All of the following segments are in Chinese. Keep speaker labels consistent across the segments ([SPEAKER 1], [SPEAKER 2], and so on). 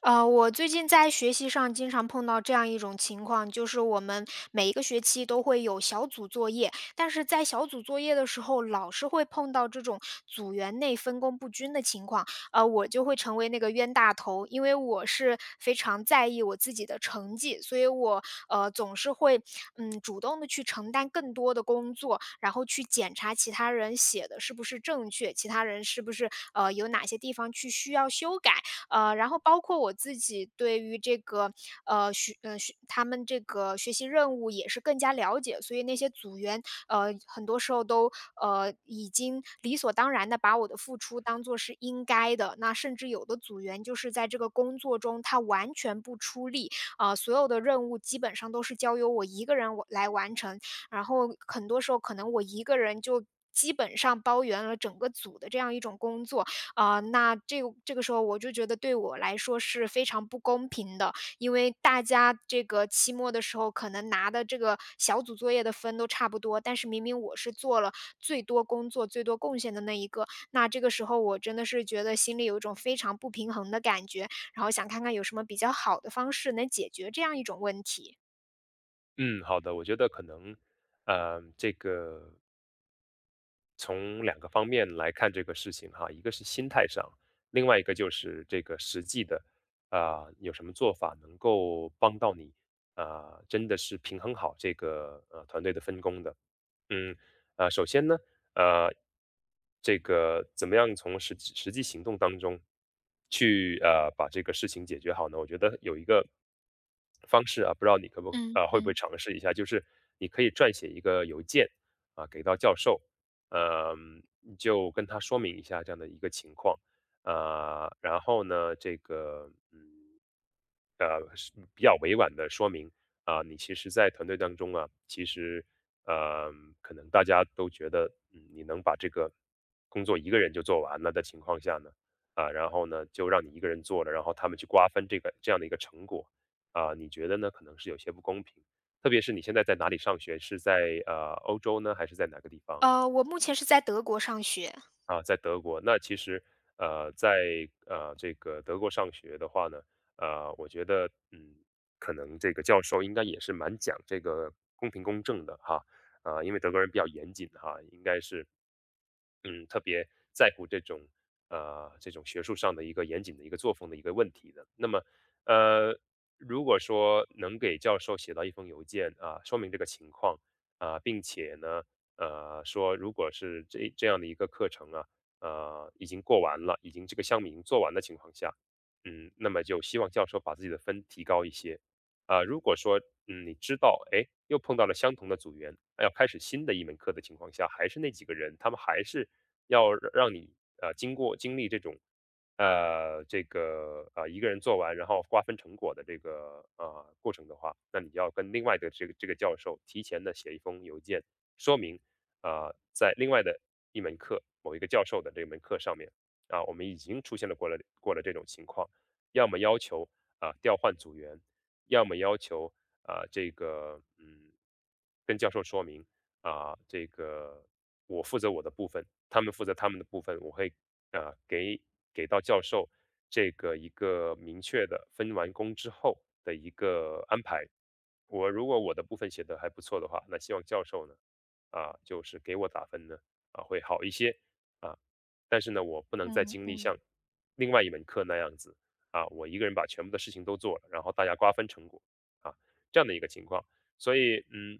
[SPEAKER 1] 我最近在学习上经常碰到这样一种情况，就是我们每一个学期都会有小组作业，但是在小组作业的时候，老是会碰到这种组员内分工不均的情况。我就会成为那个冤大头，因为我是非常在意我自己的成绩，所以我总是会主动的去承担更多的工作，然后去检查其他人写的是不是正确，其他人是不是有哪些地方去需要修改。然后包括我自己对于这个学他们这个学习任务也是更加了解，所以那些组员很多时候都已经理所当然的把我的付出当做是应该的，那甚至有的组员就是在这个工作中他完全不出力，啊、所有的任务基本上都是交由我一个人来完成，然后很多时候可能我一个人就基本上包圆了整个组的这样一种工作。啊、那这个时候我就觉得对我来说是非常不公平的，因为大家这个期末的时候可能拿的这个小组作业的分都差不多，但是明明我是做了最多工作、最多贡献的那一个，那这个时候我真的是觉得心里有一种非常不平衡的感觉，然后想看看有什么比较好的方式能解决这样一种问题。
[SPEAKER 2] 嗯，好的，我觉得可能，这个从两个方面来看这个事情哈，一个是心态上，另外一个就是这个实际的，有什么做法能够帮到你，啊、真的是平衡好这个团队的分工的。嗯，啊，首先呢，呃，这个怎么样从实际行动当中去把这个事情解决好呢？我觉得有一个方式啊，不知道你可不
[SPEAKER 1] 嗯
[SPEAKER 2] 啊会不会
[SPEAKER 1] 嗯。
[SPEAKER 2] 尝试一下，就是你可以撰写一个邮件啊，给到教授，嗯、你就跟他说明一下这样的一个情况，啊、然后呢，是比较委婉的说明，啊，你其实在团队当中啊，其实，呃，可能大家都觉得，嗯，你能把这个工作一个人就做完了的情况下呢，啊，然后呢，就让你一个人做了，然后他们去瓜分这个这样的一个成果，啊，你觉得呢？可能是有些不公平。特别是你现在在哪里上学？是在欧洲呢，还是在哪个地方啊？
[SPEAKER 1] 我目前是在德国上学。
[SPEAKER 2] 啊，在德国，那其实，呃，在这个德国上学的话呢，我觉得，嗯，可能这个教授应该也是蛮讲这个公平公正的哈，啊，因为德国人比较严谨哈，应该是，嗯，特别在乎这种这种学术上的一个严谨的一个作风的一个问题的。那么，呃，如果说能给教授写到一封邮件啊，说明这个情况啊，并且呢。说如果是这样的一个课程啊，呃，已经过完了，已经这个项目已经做完的情况下，嗯，那么就希望教授把自己的分提高一些。啊、如果说嗯你知道，哎，又碰到了相同的组员，要开始新的一门课的情况下，还是那几个人，他们还是要让你经过经历这种一个人做完，然后瓜分成果的这个过程的话，那你要跟另外的这个教授提前的写一封邮件，说明啊，在另外的一门课，某一个教授的这门课上面，啊，我们已经出现了过了这种情况，要么要求调换组员，要么要求啊这个嗯跟教授说明这个我负责我的部分，他们负责他们的部分，我会啊给给到教授这个一个明确的分完工之后的一个安排。我如果我的部分写的还不错的话，那希望教授呢，啊，就是给我打分呢，啊，会好一些啊。但是呢，我不能再
[SPEAKER 1] 嗯
[SPEAKER 2] 经历
[SPEAKER 1] 嗯。
[SPEAKER 2] 像另外一门课那样子啊，我一个人把全部的事情都做了，然后大家瓜分成果啊，这样的一个情况。所以，嗯，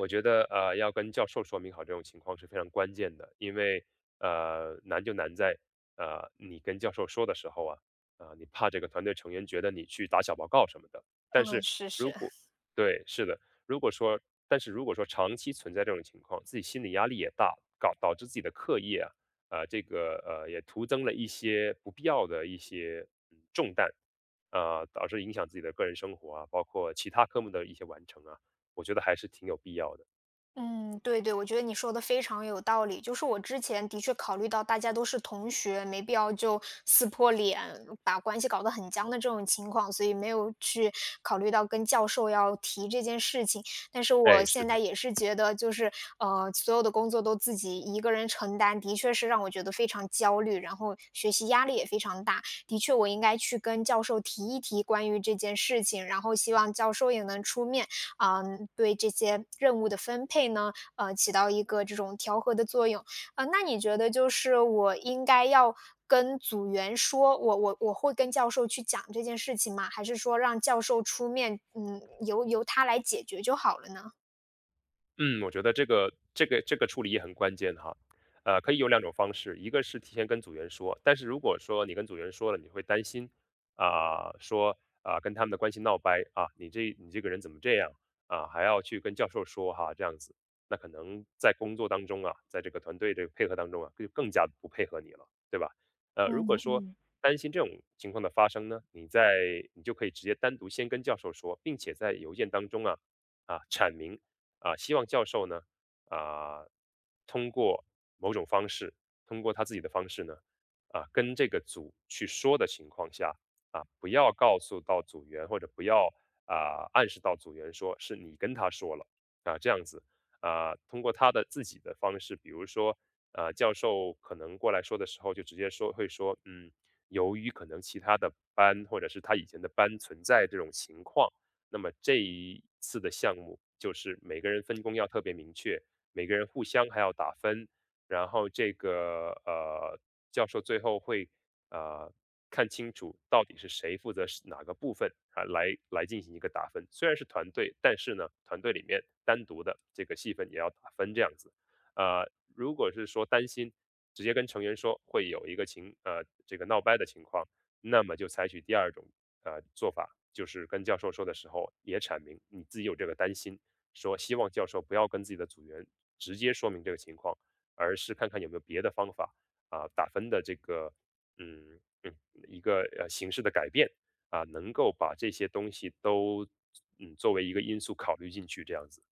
[SPEAKER 2] 我觉得要跟教授说明好这种情况是非常关键的，因为难就难在你跟教授说的时候啊，啊、你怕这个团队成员觉得你去打小报告什么的。但
[SPEAKER 1] 嗯，
[SPEAKER 2] 是
[SPEAKER 1] 是
[SPEAKER 2] 如
[SPEAKER 1] 是。
[SPEAKER 2] 果对，是的。如果说但是如果说长期存在这种情况，自己心理压力也大，搞导致自己的课业啊，也徒增了一些不必要的一些嗯重担，啊、导致影响自己的个人生活啊，包括其他科目的一些完成啊，我觉得还是挺有必要的。
[SPEAKER 1] 嗯，对对，我觉得你说的非常有道理。就是我之前的确考虑到大家都是同学，没必要就撕破脸，把关系搞得很僵的这种情况，所以没有去考虑到跟教授要提这件事情。但是我
[SPEAKER 2] 哎，是
[SPEAKER 1] 现在
[SPEAKER 2] 的。
[SPEAKER 1] 也是觉得，所有的工作都自己一个人承担，的确是让我觉得非常焦虑，然后学习压力也非常大。的确，我应该去跟教授提一提关于这件事情，然后希望教授也能出面。啊、对这些任务的分配呢，起到一个这种调和的作用。那你觉得就是我应该要跟组员说，我会跟教授去讲这件事情吗？还是说让教授出面，嗯，由他来解决就好了呢？
[SPEAKER 2] 嗯，我觉得这个处理也很关键哈，可以有两种方式，一个是提前跟组员说，但是如果说你跟组员说了，你会担心说啊、跟他们的关系闹掰啊，你这个人怎么这样啊，还要去跟教授说哈，这样子，那可能在工作当中啊，在这个团队这个配合当中啊，就更加不配合你了，对吧？如果
[SPEAKER 1] 嗯
[SPEAKER 2] 说
[SPEAKER 1] 嗯。
[SPEAKER 2] 担心这种情况的发生呢，你就可以直接单独先跟教授说，并且在邮件当中啊。啊阐明啊，希望教授呢，啊，通过某种方式，通过他自己的方式呢，啊，跟这个组去说的情况下，啊，不要告诉到组员或者不要暗示到组员说是你跟他说了啊，这样子啊，通过他的自己的方式，比如说啊，教授可能过来说的时候，就直接说会说，嗯，由于可能其他的班或者是他以前的班存在这种情况。那么这一次的项目就是每个人分工要特别明确，每个人互相还要打分，然后这个教授最后会呃看清楚到底是谁负责是哪个部分啊，来进行一个打分。虽然是团队，但是呢，团队里面单独的这个细分也要打分这样子。如果是说担心直接跟成员说会有一个这个闹掰的情况，那么就采取第二种做法，就是跟教授说的时候，也阐明你自己有这个担心，说希望教授不要跟自己的组员直接说明这个情况，而是看看有没有别的方法啊，打分的这个嗯嗯一个形式的改变啊，能够把这些东西都嗯作为一个因素考虑进去，这样子。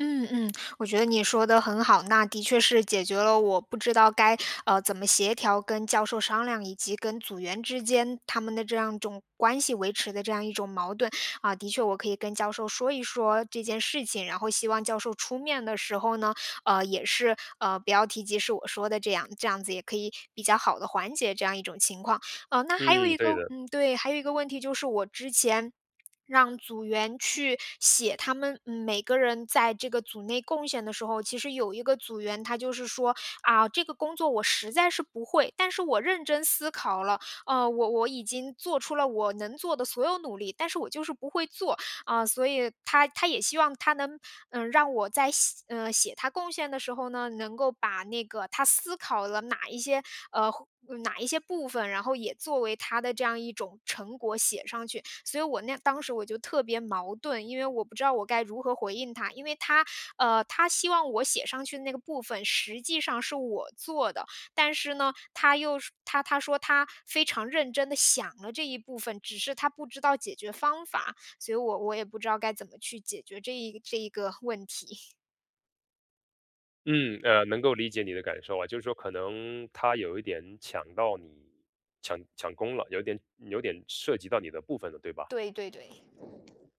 [SPEAKER 1] 嗯嗯，我觉得你说的很好，那的确是解决了我不知道该怎么协调跟教授商量，以及跟组员之间他们的这样一种关系维持的这样一种矛盾。啊，的确我可以跟教授说一说这件事情，然后希望教授出面的时候呢，呃，也是，不要提及是我说的，这样这样子也可以比较好的缓解这样一种情况。那还有
[SPEAKER 2] 嗯，
[SPEAKER 1] 一个，
[SPEAKER 2] 对的，
[SPEAKER 1] 对，还有一个问题就是我之前让组员去写他们每个人在这个组内贡献的时候，其实有一个组员他就是说啊，这个工作我实在是不会，但是我认真思考了，我已经做出了我能做的所有努力，但是我就是不会做。啊、所以他也希望他能让我在写他贡献的时候呢，能够把那个他思考了哪一些呃，哪一些部分，然后也作为他的这样一种成果写上去。所以当时我就特别矛盾，因为我不知道我该如何回应他，因为他希望我写上去的那个部分实际上是我做的，但是呢，他说他非常认真的想了这一部分，只是他不知道解决方法。所以我也不知道该怎么去解决这一个问题。
[SPEAKER 2] 嗯，能够理解你的感受啊，就是说可能他有一点抢到你抢功了，有点涉及到你的部分了，对吧？
[SPEAKER 1] 对对对。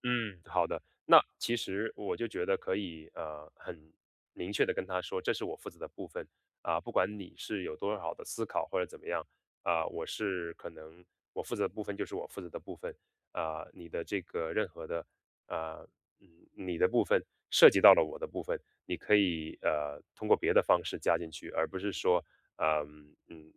[SPEAKER 2] 嗯，好的。那其实我就觉得可以，很明确的跟他说，这是我负责的部分啊，不管你是有多少的思考或者怎么样啊，我是可能我负责的部分就是我负责的部分啊，你的这个任何的啊，嗯，你的部分涉及到了我的部分，你可以通过别的方式加进去，而不是说，呃嗯嗯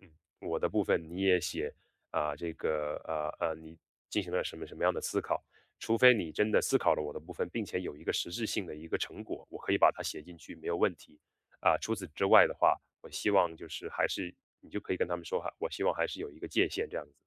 [SPEAKER 2] 嗯，我的部分你也写啊，你进行了什么什么样的思考。除非你真的思考了我的部分，并且有一个实质性的一个成果，我可以把它写进去，没有问题。啊，除此之外的话，我希望就是还是你就可以跟他们说哈，我希望还是有一个界限这样子。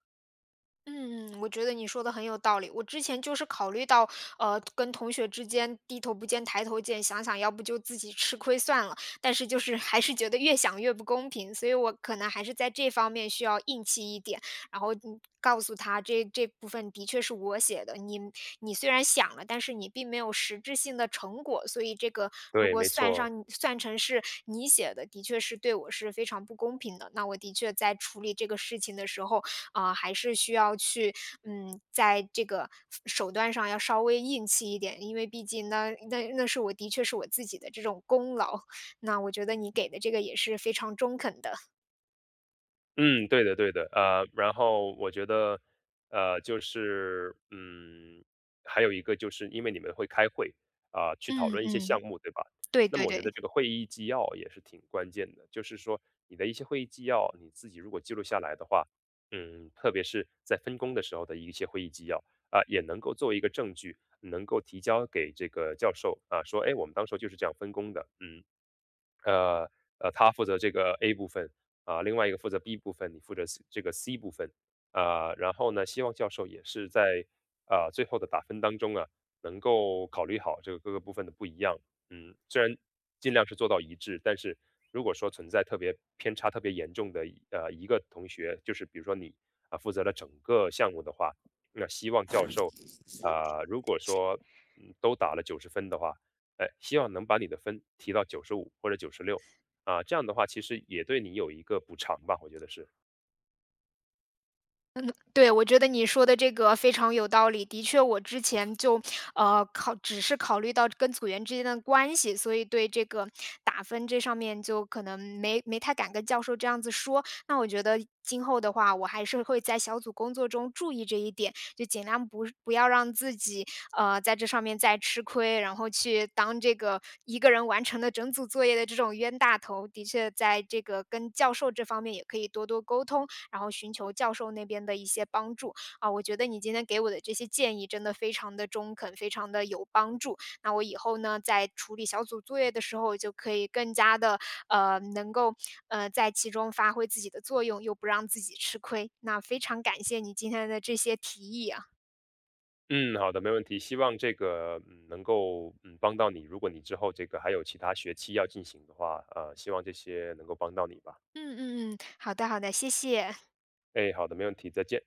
[SPEAKER 1] 嗯嗯，我觉得你说的很有道理。我之前就是考虑到，跟同学之间低头不见抬头见，想想要不就自己吃亏算了。但是就是还是觉得越想越不公平，所以我可能还是在这方面需要硬气一点，然后告诉他这部分的确是我写的，你你虽然想了，但是你并没有实质性的成果，所以这个如
[SPEAKER 2] 对，
[SPEAKER 1] 果
[SPEAKER 2] 没错。
[SPEAKER 1] 算成是你写的，的确是对我是非常不公平的。那我的确在处理这个事情的时候，啊，还是需要去，嗯，在这个手段上要稍微硬气一点，因为毕竟那是我的确是我自己的这种功劳，那我觉得你给的这个也是非常中肯的。
[SPEAKER 2] 嗯，对的对的，然后我觉得，就是，嗯，还有一个就是因为你们会开会，啊、去
[SPEAKER 1] 嗯
[SPEAKER 2] 讨论一些项
[SPEAKER 1] 嗯，
[SPEAKER 2] 目，对吧？
[SPEAKER 1] 对
[SPEAKER 2] 那么
[SPEAKER 1] 对
[SPEAKER 2] 我觉
[SPEAKER 1] 对。
[SPEAKER 2] 得这个会议纪要也是挺关键的，就是说你的一些会议纪要，你自己如果记录下来的话，嗯，特别是在分工的时候的一些会议纪要啊、也能够作为一个证据，能够提交给这个教授啊、说，哎，我们当时候就是这样分工的，嗯，呃他负责这个 A 部分啊，另外一个负责 B 部分，你负责 C 这个 C 部分啊。然后呢，希望教授也是在啊最后的打分当中啊，能够考虑好这个各个部分的不一样。嗯，虽然尽量是做到一致，但是如果说存在特别偏差特别严重的一个同学，就是比如说你啊负责了整个项目的话，那希望教授啊、如果说嗯都打了90分的话，哎，希望能把你的分提到95或者96啊，这样的话其实也对你有一个补偿吧，我觉得是。
[SPEAKER 1] 对，我觉得你说的这个非常有道理。的确，我之前就，呃，考只是考虑到跟组员之间的关系，所以对这个打分这上面就可能没太敢跟教授这样子说。那我觉得今后的话，我还是会在小组工作中注意这一点，就尽量不要让自己在这上面再吃亏，然后去当这个一个人完成了整组作业的这种冤大头。的确，在这个跟教授这方面也可以多多沟通，然后寻求教授那边的一些帮助。啊，我觉得你今天给我的这些建议真的非常的中肯，非常的有帮助。那我以后呢，在处理小组作业的时候，就可以更加的呃，能够，在其中发挥自己的作用，又不让自己吃亏。那非常感谢你今天的这些提议啊。
[SPEAKER 2] 嗯，好的，没问题。希望这个嗯能够嗯帮到你。如果你之后这个还有其他学期要进行的话，希望这些能够帮到你吧。
[SPEAKER 1] 嗯嗯嗯，好的好的，谢谢。
[SPEAKER 2] 哎，好的，没问题，再见。